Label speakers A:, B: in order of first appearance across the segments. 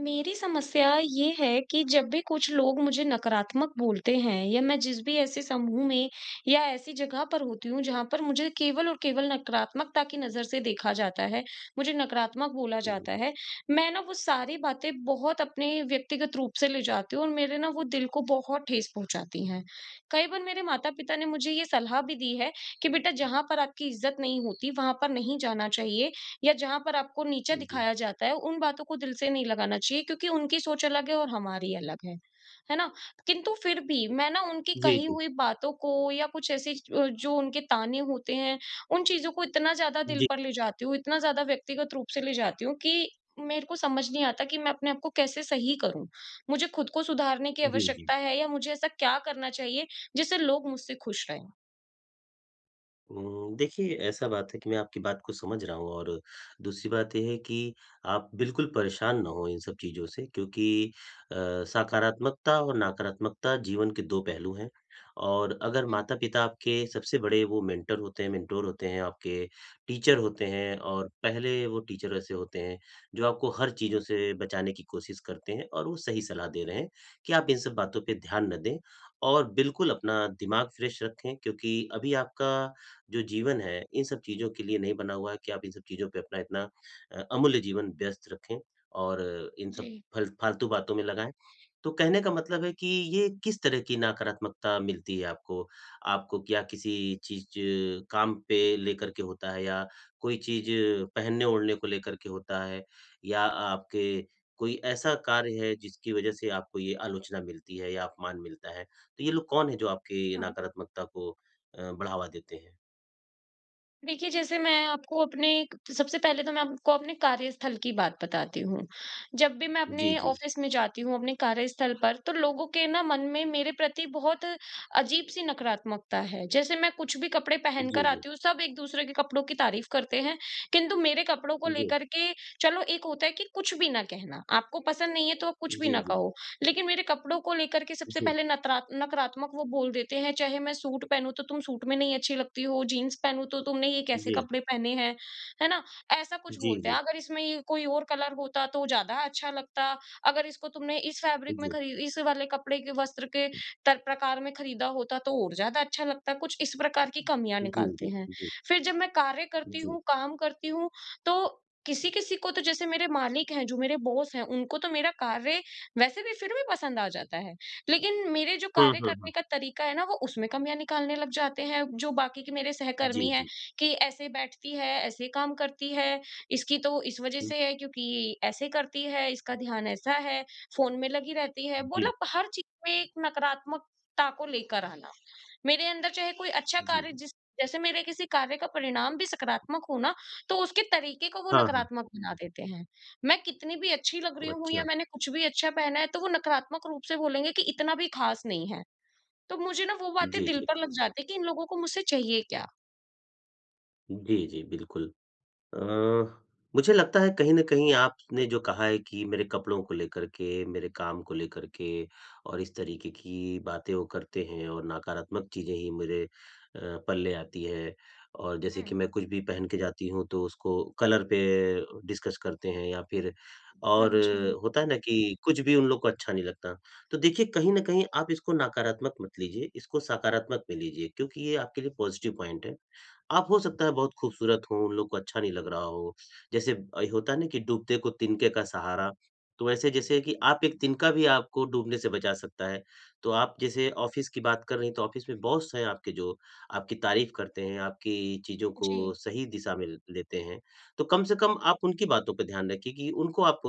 A: मेरी समस्या ये है कि जब भी कुछ लोग मुझे नकारात्मक बोलते हैं, या मैं जिस भी ऐसे समूह में या ऐसी जगह पर होती हूँ जहां पर मुझे केवल और केवल नकारात्मकता की नजर से देखा जाता है, मुझे नकारात्मक बोला
B: जी,
A: जाता है। मैं ना वो सारी बातें बहुत अपने व्यक्तिगत रूप से ले जाती हूँ, और मेरे ना वो दिल को बहुत ठेस पहुंचाती हैं। कई बार मेरे माता पिता ने मुझे ये सलाह भी दी है कि बेटा, जहां पर आपकी इज्जत नहीं होती वहां पर नहीं जाना चाहिए, या जहाँ पर आपको नीचा
B: जी,
A: दिखाया जाता है, उन बातों को दिल से नहीं लगाना चाहिए, क्योंकि उनकी सोच अलग है और हमारी अलग है। है ना? किंतु फिर भी मैं ना उनकी
B: जी,
A: कही
B: जी,
A: हुई बातों को या कुछ ऐसी जो उनके ताने होते हैं, उन चीज़ों को इतना ज़्यादा दिल
B: जी,
A: पर ले जाती हूँ, इतना ज़्यादा व्यक्तिगत रूप से ले जाती हूँ कि मेरे को समझ नहीं आता कि मैं अपने आप को कैसे सही करूँ? मुझे खुद को सुधारने की
B: जी, जी।
A: आवश्यकता है, या मुझे ऐसा क्या करना चाहिए जिससे लोग मुझसे खुश रहें?
B: देखिए ऐसा बात है कि मैं आपकी बात को समझ रहा हूँ और दूसरी बात ये है कि आप बिल्कुल परेशान ना हों इन सब चीज़ों से क्योंकि अ, सकारात्मकता और नकारात्मकता जीवन के 2 पहलू हैं और अगर
A: हुँ,
B: माता-पिता आपके सबसे बड़े वो मेंटर होते हैं, मेंटोर होते हैं, आपके टीचर होते हैं और पहले वो टीचर ऐसे होते हैं, जो आपको हर चीज़ों से बचाने की कोशिश करते हैं और वो सही सलाह दे रहे हैं कि आप इन सब बातों पे ध्यान ना दें और बिल्कुल अपना दिमाग फ्रेश रखें क्योंकि अभी आपका जो जीवन है, इन सब चीज़ों के लिए नहीं बना हुआ है कि आप इन सब चीज़ों पे अपना इतना अमूल्य जीवन व्यस्त रखें और इन
A: जी।
B: सब फल फालतू बातों में लगाएँ। तो कहने का मतलब है कि ये किस तरह की नकारात्मकता मिलती है आपको? आपको क्या किसी चीज़ काम पे लेकर के होता है या कोई चीज़ पहनने-ओढ़ने को लेकर के होता है या आपके कोई ऐसा कार्य है जिसकी वज़ह से आपको ये आलोचना मिलती है या अपमान मिलता है? तो ये लोग कौन है जो आपकी
A: हाँ।
B: नकारात्मकता को बढ़ावा देते हैं?
A: देखिए, जैसे मैं आपको अपने सबसे पहले तो मैं आपको अपने कार्यस्थल की बात बताती हूँ। जब भी मैं अपने
B: जी, जी।
A: ऑफ़िस में जाती हूँ, अपने कार्यस्थल पर, तो लोगों के ना मन में मेरे प्रति बहुत अजीब-सी नकारात्मकता है। जैसे मैं कुछ भी कपड़े पहनकर
B: जी, जी।
A: आती हूँ, सब एक-दूसरे के कपड़ों की तारीफ़ करते हैं, किंतु मेरे कपड़ों को
B: जी।
A: लेकर के चलो, एक होता है कि कुछ भी ना कहना। आपको पसंद नहीं है, तो आप कुछ भी ना
B: जी, जी।
A: कहो। लेकिन मेरे कपड़ों को लेकर के सबसे
B: जी।
A: पहले नतरा नकारात्मक वो बोल देते हैं, चाहे मैं सूट पहनूँ तो तुम सूट में नहीं अच्छी लगती हो, जीन्स पहनूँ तो तुमने ये कैसे
B: जी।
A: कपड़े पहने हैं, है ना? ऐसा कुछ
B: जी,
A: बोलते हैं,
B: जी।
A: अगर इसमें ये कोई और कलर होता तो ज़्यादा अच्छा लगता, अगर इसको तुमने इस फैब्रिक में
B: जी।
A: खरी इस वाले कपड़े के वस्त्र के तर प्रकार में खरीदा होता तो और ज़्यादा अच्छा लगता, कुछ इस प्रकार की कमियाँ
B: जी,
A: निकालते
B: जी।
A: हैं।
B: जी।
A: फिर जब मैं कार्य करती
B: जी।
A: हूँ, काम करती हूँ, तो किसी-किसी को तो जैसे मेरे मालिक हैं, जो मेरे बॉस हैं, उनको तो मेरा कार्य वैसे भी फिर भी पसंद आ जाता है। लेकिन मेरे जो
B: हुँ,
A: कार्य
B: हुँ,
A: करने
B: हुँ।
A: का तरीका है ना वो उसमें कमियाँ निकालने लग जाते हैं, जो बाकी के मेरे
B: जी,
A: सहकर्मी हैं,
B: जी।
A: कि ऐसे बैठती है, ऐसे काम करती है, इसकी तो इस वज़ह
B: जी।
A: से है क्योंकि ऐसे करती है, इसका ध्यान ऐसा है, फ़ोन में लगी रहती है।
B: जी।
A: मतलब हर चीज़ में एक नकारात्मकता को लेकर आना। मेरे अंदर चाहे कोई अच्छा
B: जी
A: कार्य जिस जैसे मेरे किसी कार्य का परिणाम भी सकारात्मक हो ना, तो उसके तरीके को वो
B: हाँ, हाँ।
A: नकारात्मक बना देते हैं। मैं कितनी भी अच्छी लग रही हूँ या
B: अच्छा।
A: मैंने कुछ भी अच्छा पहना है, तो वो नकारात्मक रूप से बोलेंगे कि इतना भी खास नहीं है। तो मुझे ना वो बातें
B: जी,
A: दिल
B: जी।
A: पर लग जाती है कि इन लोगों को मुझसे चाहिए क्या?
B: जी, जी, बिल्कुल। अ, मुझे लगता है कहीं न कहीं आपने जो कहा है कि मेरे कपड़ों को लेकर के, मेरे काम को लेकर के और इस तरीके की बातें वो करते हैं और नकारात्मक चीज़ें ही मेरे पल्ले आती है। और जैसे
A: हुँ।
B: कि मैं कुछ भी पहन के जाती हूँ तो उसको कलर पे डिस्कस करते हैं या फिर
A: हाँ
B: और
A: जी।
B: होता है ना कि कुछ भी उन लोग को अच्छा नहीं लगता। तो देखिए कहीं न कहीं आप इसको नकारात्मक मत लीजिए, इसको सकारात्मक में लीजिए क्योंकि ये आपके लिए पॉज़िटिव पॉइंट है। आप हो सकता है बहुत खूबसूरत हो, उन लोग को अच्छा नहीं लग रहा हो। जैसे होता है ना कि डूबते को तिनके का सहारा, तो वैसे जैसे कि आप एक तिनका भी आपको डूबने से बचा सकता है। तो आप जैसे ऑफ़िस की बात कर रही हैं, तो ऑफ़िस में बॉस हैं आपके जो आपकी तारीफ़ करते हैं, आपकी चीज़ों को
A: जी।
B: सही दिशा में लेते हैं। तो कम से कम आप उनकी बातों पे ध्यान रखिए कि उनको आप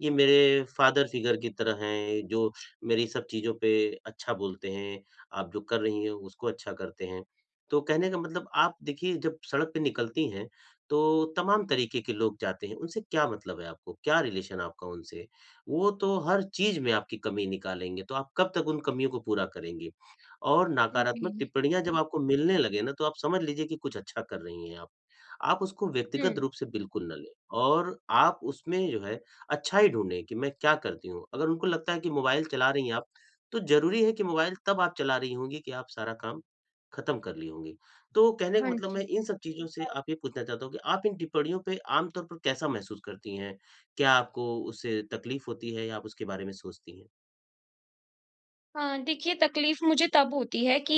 B: ये मेरे फादर फिगर की तरह हैं, जो मेरी सब चीज़ों पे अच्छा बोलते हैं, आप जो कर रही हैं, उसको अच्छा करते हैं। तो कहने का मतलब आप देखिए जब सड़क पे निकलती हैं, तो तमाम तरीके के लोग जाते हैं, उनसे क्या मतलब है आपको? क्या रिलेशन आपका उनसे? वो तो हर चीज़ में आपकी कमी निकालेंगे, तो आप कब तक उन कमियों को पूरा करेंगी? और नकारात्मक
A: जी।
B: टिप्पणियाँ जब आपको मिलने लगे ना, तो आप समझ लीजिए कि कुछ अच्छा कर रही हैं आप। आप उसको व्यक्तिगत
A: हुँ।
B: रूप से बिल्कुल ना लें और आप उसमें जो है अच्छा ही ढूँढें कि मैं क्या करती हूँ? अगर उनको लगता है कि मोबाइल चला रही हैं आप, तो ज़रूरी है कि मोबाइल तब आप चला रही होंगी कि आप सारा काम खत्म कर ली होंगी। तो कहने का
A: हाँ
B: मतलब मैं
A: जी।
B: इन सब चीज़ों से आप ये पूछना चाहता हूँ कि आप इन टिप्पणियों पे आम तौर पर कैसा महसूस करती हैं? क्या आपको उससे तकलीफ होती है या आप उसके बारे में सोचती हैं?
A: हाँ, देखिए, तकलीफ़ मुझे तब होती है कि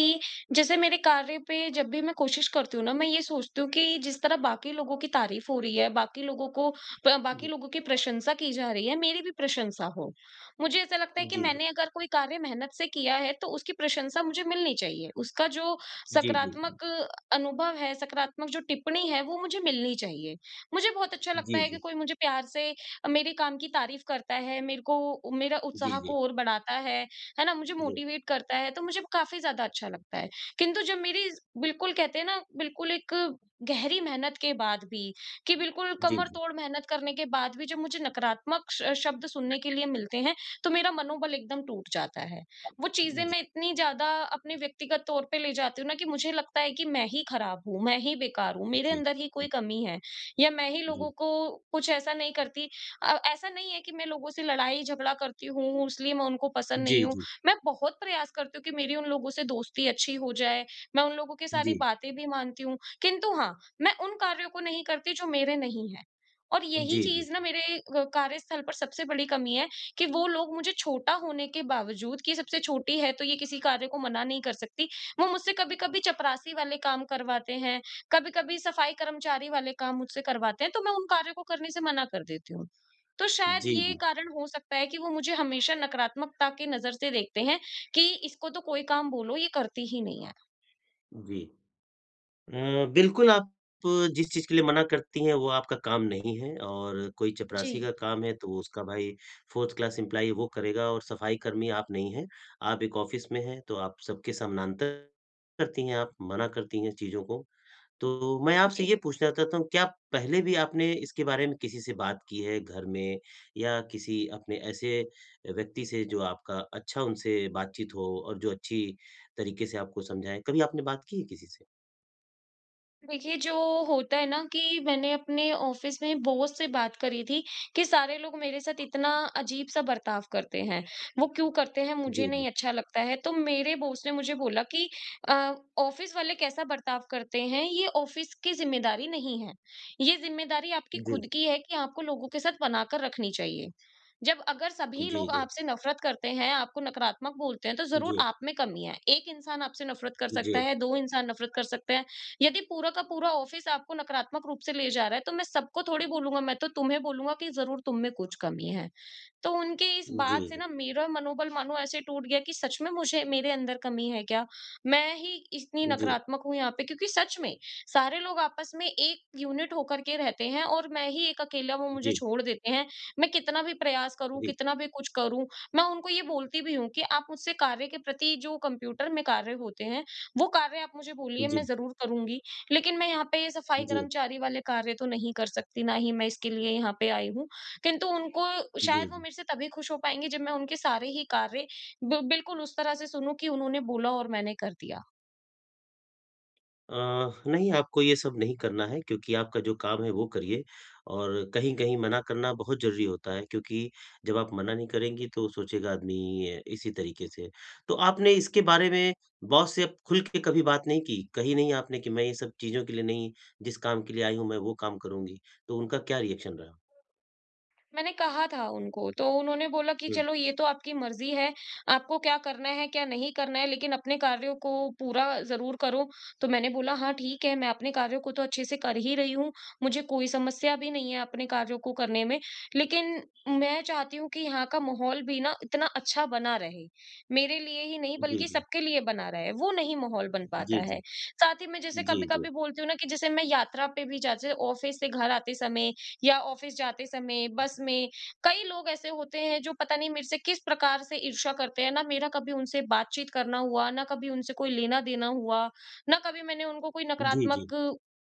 A: जैसे मेरे कार्य पे जब भी मैं कोशिश करती हूँ ना, मैं ये सोचती हूँ कि जिस तरह बाकी लोगों की तारीफ़ हो रही है, बाकी
B: जी।
A: लोगों की प्रशंसा की जा रही है, मेरी भी प्रशंसा हो। मुझे ऐसा लगता है कि
B: जी, जी।
A: मैंने अगर कोई कार्य मेहनत से किया है, तो उसकी प्रशंसा मुझे मिलनी चाहिए। उसका जो
B: जी, जी, जी।
A: सकारात्मक अनुभव है, सकारात्मक जो टिप्पणी है, वो मुझे मिलनी चाहिए। मुझे बहुत अच्छा लगता
B: जी,
A: है कि
B: जी।
A: कोई मुझे प्यार से मेरे काम की तारीफ़ करता है, मेरे को मेरा उत्साह
B: जी, जी।
A: को और बढ़ाता है। है ना? मुझे
B: जी।
A: मोटिवेट करता है, तो मुझे काफ़ी ज़्यादा अच्छा लगता है। किंतु जब मेरी बिल्कुल कहते हैं ना, बिल्कुल एक गहरी मेहनत के बाद भी, कि बिल्कुल
B: जी,
A: कमर
B: जी।
A: तोड़ मेहनत करने के बाद भी जब मुझे नकारात्मक श शब्द सुनने के लिए मिलते हैं, तो मेरा मनोबल एकदम टूट जाता है। वो
B: जी,
A: चीज़ें
B: जी, जी,
A: मैं इतनी ज़्यादा अपने व्यक्तिगत तौर पे ले जाती हूँ ना कि मुझे लगता है कि मैं ही खराब हूँ, मैं ही बेकार हूँ, मेरे अंदर ही कोई
B: जी।
A: कमी है या मैं ही लोगों को कुछ ऐसा नहीं करती। ऐसा नहीं है कि मैं लोगों से लड़ाई-झगड़ा करती हूँ, इसलिए मैं उनको पसंद नहीं
B: जी,
A: हूँ।
B: जी।
A: मैं बहुत प्रयास करती हूँ कि मेरी उन लोगों से दोस्ती अच्छी हो जाए, मैं उन लोगों की सारी
B: जी।
A: बातें भी मानती हूँ, किंतु हाँ, मैं उन कार्यों को नहीं करती जो मेरे नहीं हैं। और यही
B: जी, जी।
A: चीज़ ना मेरे कार्यस्थल पर सबसे बड़ी कमी है कि वो लोग मुझे छोटा होने के बावजूद कि सबसे छोटी है तो ये किसी कार्य को मना नहीं कर सकती, वो मुझसे कभी-कभी चपरासी वाले काम करवाते हैं, कभी-कभी सफाई कर्मचारी वाले काम मुझसे करवाते हैं, तो मैं उन कार्यों को करने से मना कर देती हूँ। तो शायद
B: जी,
A: ये
B: जी।
A: कारण हो सकता है कि वो मुझे हमेशा नकारात्मकता की नज़र से देखते हैं कि इसको तो कोई काम बोलो, ये करती ही नहीं है।
B: जी। बिल्कुल, आप जिस चीज़ के लिए मना करती हैं, वो आपका काम नहीं है और कोई चपरासी का
A: जी,
B: काम है, तो उसका भाई 4th क्लास एम्प्लॉयी वो करेगा और सफाई कर्मी आप नहीं हैं। आप एक ऑफ़िस में हैं, तो आप सबके समानांतर करती हैं, आप मना करती हैं चीज़ों को। तो मैं आपसे
A: जी।
B: ये पूछना चाहता हूँ, क्या पहले भी आपने इसके बारे में किसी से बात की है घर में या किसी अपने ऐसे व्यक्ति से जो आपका अच्छा उनसे बातचीत हो और जो अच्छी तरीके से आपको समझाएँ? कभी आपने बात की है किसी से?
A: देखिए, जो होता है ना कि मैंने अपने ऑफिस में बॉस से बात करी थी कि सारे लोग मेरे साथ इतना अजीब-सा बर्ताव करते हैं। वो क्यों करते हैं, मुझे
B: जी,
A: नहीं
B: जी।
A: अच्छा लगता है। तो मेरे बॉस ने मुझे बोला कि अ, ऑफिस वाले कैसा बर्ताव करते हैं ये ऑफिस की ज़िम्मेदारी नहीं है। ये ज़िम्मेदारी आपकी
B: जी,
A: खुद की है कि आपको लोगों के साथ बनाकर रखनी चाहिए। जब अगर सभी
B: जी,
A: लोग
B: जी,
A: आपसे नफ़रत करते हैं, आपको नकारात्मक बोलते हैं तो ज़रूर
B: जी,
A: आप में कमी है। एक इंसान आपसे नफ़रत कर सकता
B: जी,
A: है, दो इंसान नफ़रत कर सकते हैं। यदि पूरा का पूरा ऑफिस आपको नकारात्मक रूप से ले जा रहा है, तो मैं सबको थोड़ी बोलूँगा, मैं तो तुम्हें बोलूँगा कि ज़रूर तुम में कुछ कमी है। तो उनके इस
B: जी,
A: बात से
B: जी,
A: ना मेरा मनोबल मानो ऐसे टूट गया कि सच में मुझे मेरे अंदर कमी है क्या? मैं ही इतनी
B: जी,
A: नकारात्मक हूँ यहाँ पे, क्योंकि सच में सारे लोग आपस में एक यूनिट होकर के रहते हैं और मैं ही एक अकेला वो मुझे
B: जी,
A: छोड़ देते हैं। मैं कितना भी प्रयास करूँ, कितना भी कुछ करूँ, मैं उनको ये बोलती भी हूँ कि आप मुझसे कार्य के प्रति जो कंप्यूटर में कार्य होते हैं, वो कार्य आप मुझे बोलिए,
B: जी,
A: मैं ज़रूर करूँगी। लेकिन मैं यहाँ पे ये सफाई
B: जी,
A: कर्मचारी वाले कार्य तो नहीं कर सकती, ना ही मैं इसके लिए यहाँ पे आई हूँ। किंतु उनको
B: जी,
A: शायद वो
B: जी।
A: मेरे से तभी खुश हो पाएँगे जब मैं उनके सारे ही कार्य बि बिल्कुल उस तरह से सुनूँ कि उन्होंने बोला और मैंने कर दिया।
B: अ, नहीं आपको ये सब नहीं करना है क्योंकि आपका जो काम है वो करिए और कहीं-कहीं मना करना बहुत ज़रूरी होता है क्योंकि जब आप मना नहीं करेंगी तो सोचेगा आदमी इसी तरीके से। तो आपने इसके बारे में बॉस से आप खुल के कभी बात नहीं की? कही नहीं आपने कि मैं ये सब चीज़ों के लिए नहीं जिस काम के लिए आई हूँ मैं वो काम करूँगी? तो उनका क्या रिएक्शन रहा?
A: मैंने कहा था उनको, तो उन्होंने बोला कि
B: हुँ।
A: चलो, ये तो आपकी मर्ज़ी है, आपको क्या करना है, क्या नहीं करना है, लेकिन अपने कार्यों को पूरा ज़रूर करो। तो मैंने बोला हाँ, ठीक है, मैं अपने कार्यों को तो अच्छे से कर ही रही हूँ, मुझे कोई समस्या भी नहीं है अपने कार्यों को करने में। लेकिन मैं चाहती हूँ कि यहाँ का माहौल भी ना इतना अच्छा बना रहे, मेरे लिए ही नहीं
B: जी,
A: बल्कि
B: जी।
A: सबके लिए बना रहे, वो नहीं माहौल बन पाता
B: जी,
A: है।
B: जी।
A: साथ ही मैं जैसे
B: जी, जी।
A: कभी-कभी बोलती हूँ ना कि जैसे मैं यात्रा पे भी जाते ऑफ़िस से घर आते समय या ऑफिस जाते समय, बस में, कई लोग ऐसे होते हैं जो पता नहीं मेरे से किस प्रकार से ईर्ष्या करते हैं। ना मेरा कभी उनसे बातचीत करना हुआ, ना कभी उनसे कोई लेना-देना हुआ, ना कभी मैंने उनको कोई
B: जी, जी।
A: नकारात्मक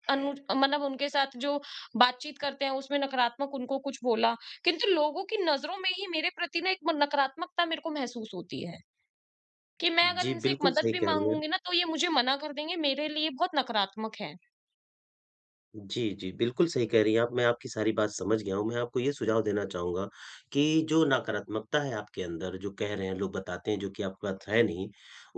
A: अनु मतलब उनके साथ जो बातचीत करते हैं उसमें नकारात्मक उनको कुछ बोला। किंतु लोगों की नज़रों में ही मेरे प्रति ना एक म नकारात्मकता मेरे को महसूस होती है कि मैं अगर
B: जी,
A: इनसे एक
B: बिल्कुल
A: मदद
B: सही
A: भी
B: कह रही हैं।
A: माँगूँगी ना तो ये मुझे मना कर देंगे, मेरे लिए बहुत नकारात्मक हैं।
B: जी, जी, बिल्कुल सही कह रही हैं आप, मैं आपकी सारी बात समझ गया हूँ। मैं आपको ये सुझाव देना चाहूँगा कि जो नकारात्मकता है आपके अंदर, जो कह रहे हैं, लोग बताते हैं, जो कि आपके पास है नहीं,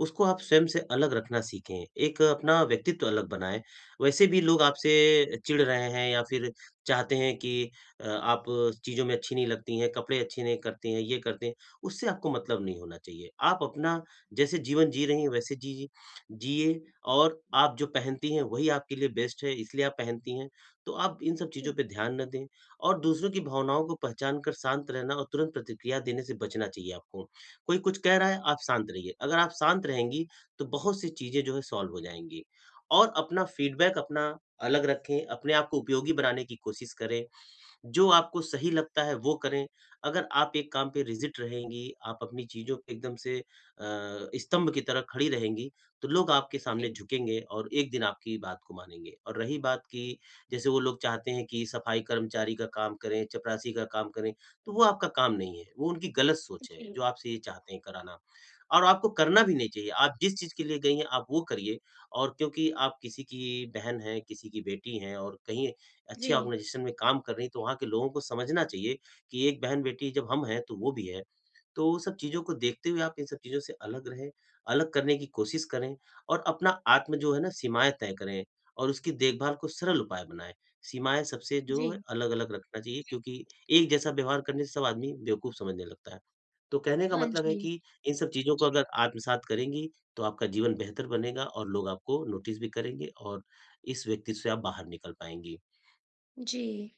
B: उसको आप स्वयं से अलग रखना सीखें। एक अपना व्यक्तित्व अलग बनाएँ। वैसे भी लोग आपसे चिढ़ रहे हैं या फिर चाहते हैं कि आप चीज़ों में अच्छी नहीं लगती हैं, कपड़े अच्छे नहीं करती हैं, ये करते हैं, उससे आपको मतलब नहीं होना चाहिए। आप अपना जैसे जीवन जी रही हैं, वैसे जी जिए और आप जो पहनती हैं वही आपके लिए बेस्ट है, इसलिए आप पहनती हैं। तो आप इन सब चीज़ों
A: हुँ,
B: पे ध्यान ना दें और दूसरों की भावनाओं को पहचान कर शांत रहना और तुरंत प्रतिक्रिया देने से बचना चाहिए आपको। कोई कुछ कह रहा है, आप शांत रहिए। अगर आप शांत रहेंगी, तो बहुत सी चीज़ें जो है सॉल्व हो जाएँगी और अपना फीडबैक अपना अलग रखें, अपने आप को उपयोगी बनाने की कोशिश करें जो आपको सही लगता है वो करें। अगर आप एक काम पे रिजिड रहेंगी, आप अपनी चीज़ों पे एकदम से स्तंभ की तरह खड़ी रहेंगी, तो लोग आपके सामने
A: जी,
B: झुकेंगे और एक दिन आपकी बात को मानेंगे। और रही बात कि जैसे वो लोग चाहते हैं कि सफाई कर्मचारी का काम करें, चपरासी का काम करें, तो वो आपका काम नहीं है, वो उनकी गलत सोच है,
A: जी,
B: जो आपसे ये चाहते हैं कराना। और आपको करना भी नहीं चाहिए, आप जिस चीज़ के लिए गई हैं, आप वो करिए और क्योंकि आप किसी की बहन हैं, किसी की बेटी हैं और कहीं अच्छी
A: जी,
B: ऑर्गनाइज़ेशन में काम कर रही हैं, तो वहाँ के लोगों को समझना चाहिए कि एक बहन-बेटी जब हम हैं, तो वो भी है। तो सब चीज़ों को देखते हुए आप इन सब चीज़ों से अलग रहें, अलग करने की कोशिश करें और अपना आत्म जो है ना सीमाएँ तय करें और उसकी देखभाल को सरल उपाय बनाएँ। सीमाएँ सबसे जो है
A: जी।
B: अलग-अलग रखना चाहिए क्योंकि एक जैसा व्यवहार करने से सब आदमी बेवकूफ़ समझने लगता है। तो कहने का
A: हाँ
B: मतलब है
A: जी।
B: कि इन सब चीज़ों को जी। अगर आत्मसात करेंगी, तो आपका जीवन बेहतर बनेगा और लोग आपको नोटिस भी करेंगे और इस व्यक्ति से आप बाहर निकल पाएँगी।
A: जी।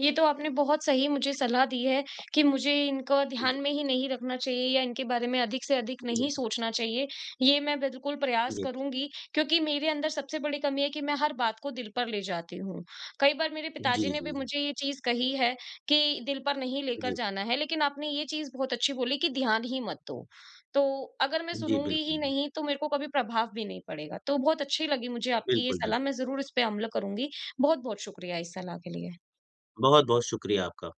A: ये तो आपने बहुत सही मुझे सलाह दी है कि मुझे इनका ध्यान में ही नहीं रखना चाहिए या इनके बारे में अधिक से अधिक नहीं
B: जी,
A: सोचना चाहिए। ये मैं बिल्कुल प्रयास
B: जी,
A: करूँगी, क्योंकि मेरे अंदर सबसे बड़ी कमी है कि मैं हर बात को दिल पर ले जाती हूँ। कई बार मेरे
B: जी,
A: पिताजी ने भी
B: जी,
A: मुझे ये चीज़ कही है कि दिल पर नहीं लेकर
B: जी,
A: जाना है, लेकिन आपने ये चीज़ बहुत अच्छी बोली कि ध्यान ही मत दो। तो अगर मैं
B: जी,
A: सुनूँगी ही
B: बिल्कुल,
A: नहीं तो मेरे को कभी प्रभाव भी नहीं पड़ेगा। तो बहुत अच्छी लगी मुझे आपकी ये
B: बिल्कुल,
A: सलाह,
B: बिल्कुल।
A: मैं ज़रूर इस पे अमल करूँगी। बहुत-बहुत शुक्रिया इस सलाह के लिए।
B: बहुत-बहुत शुक्रिया आपका।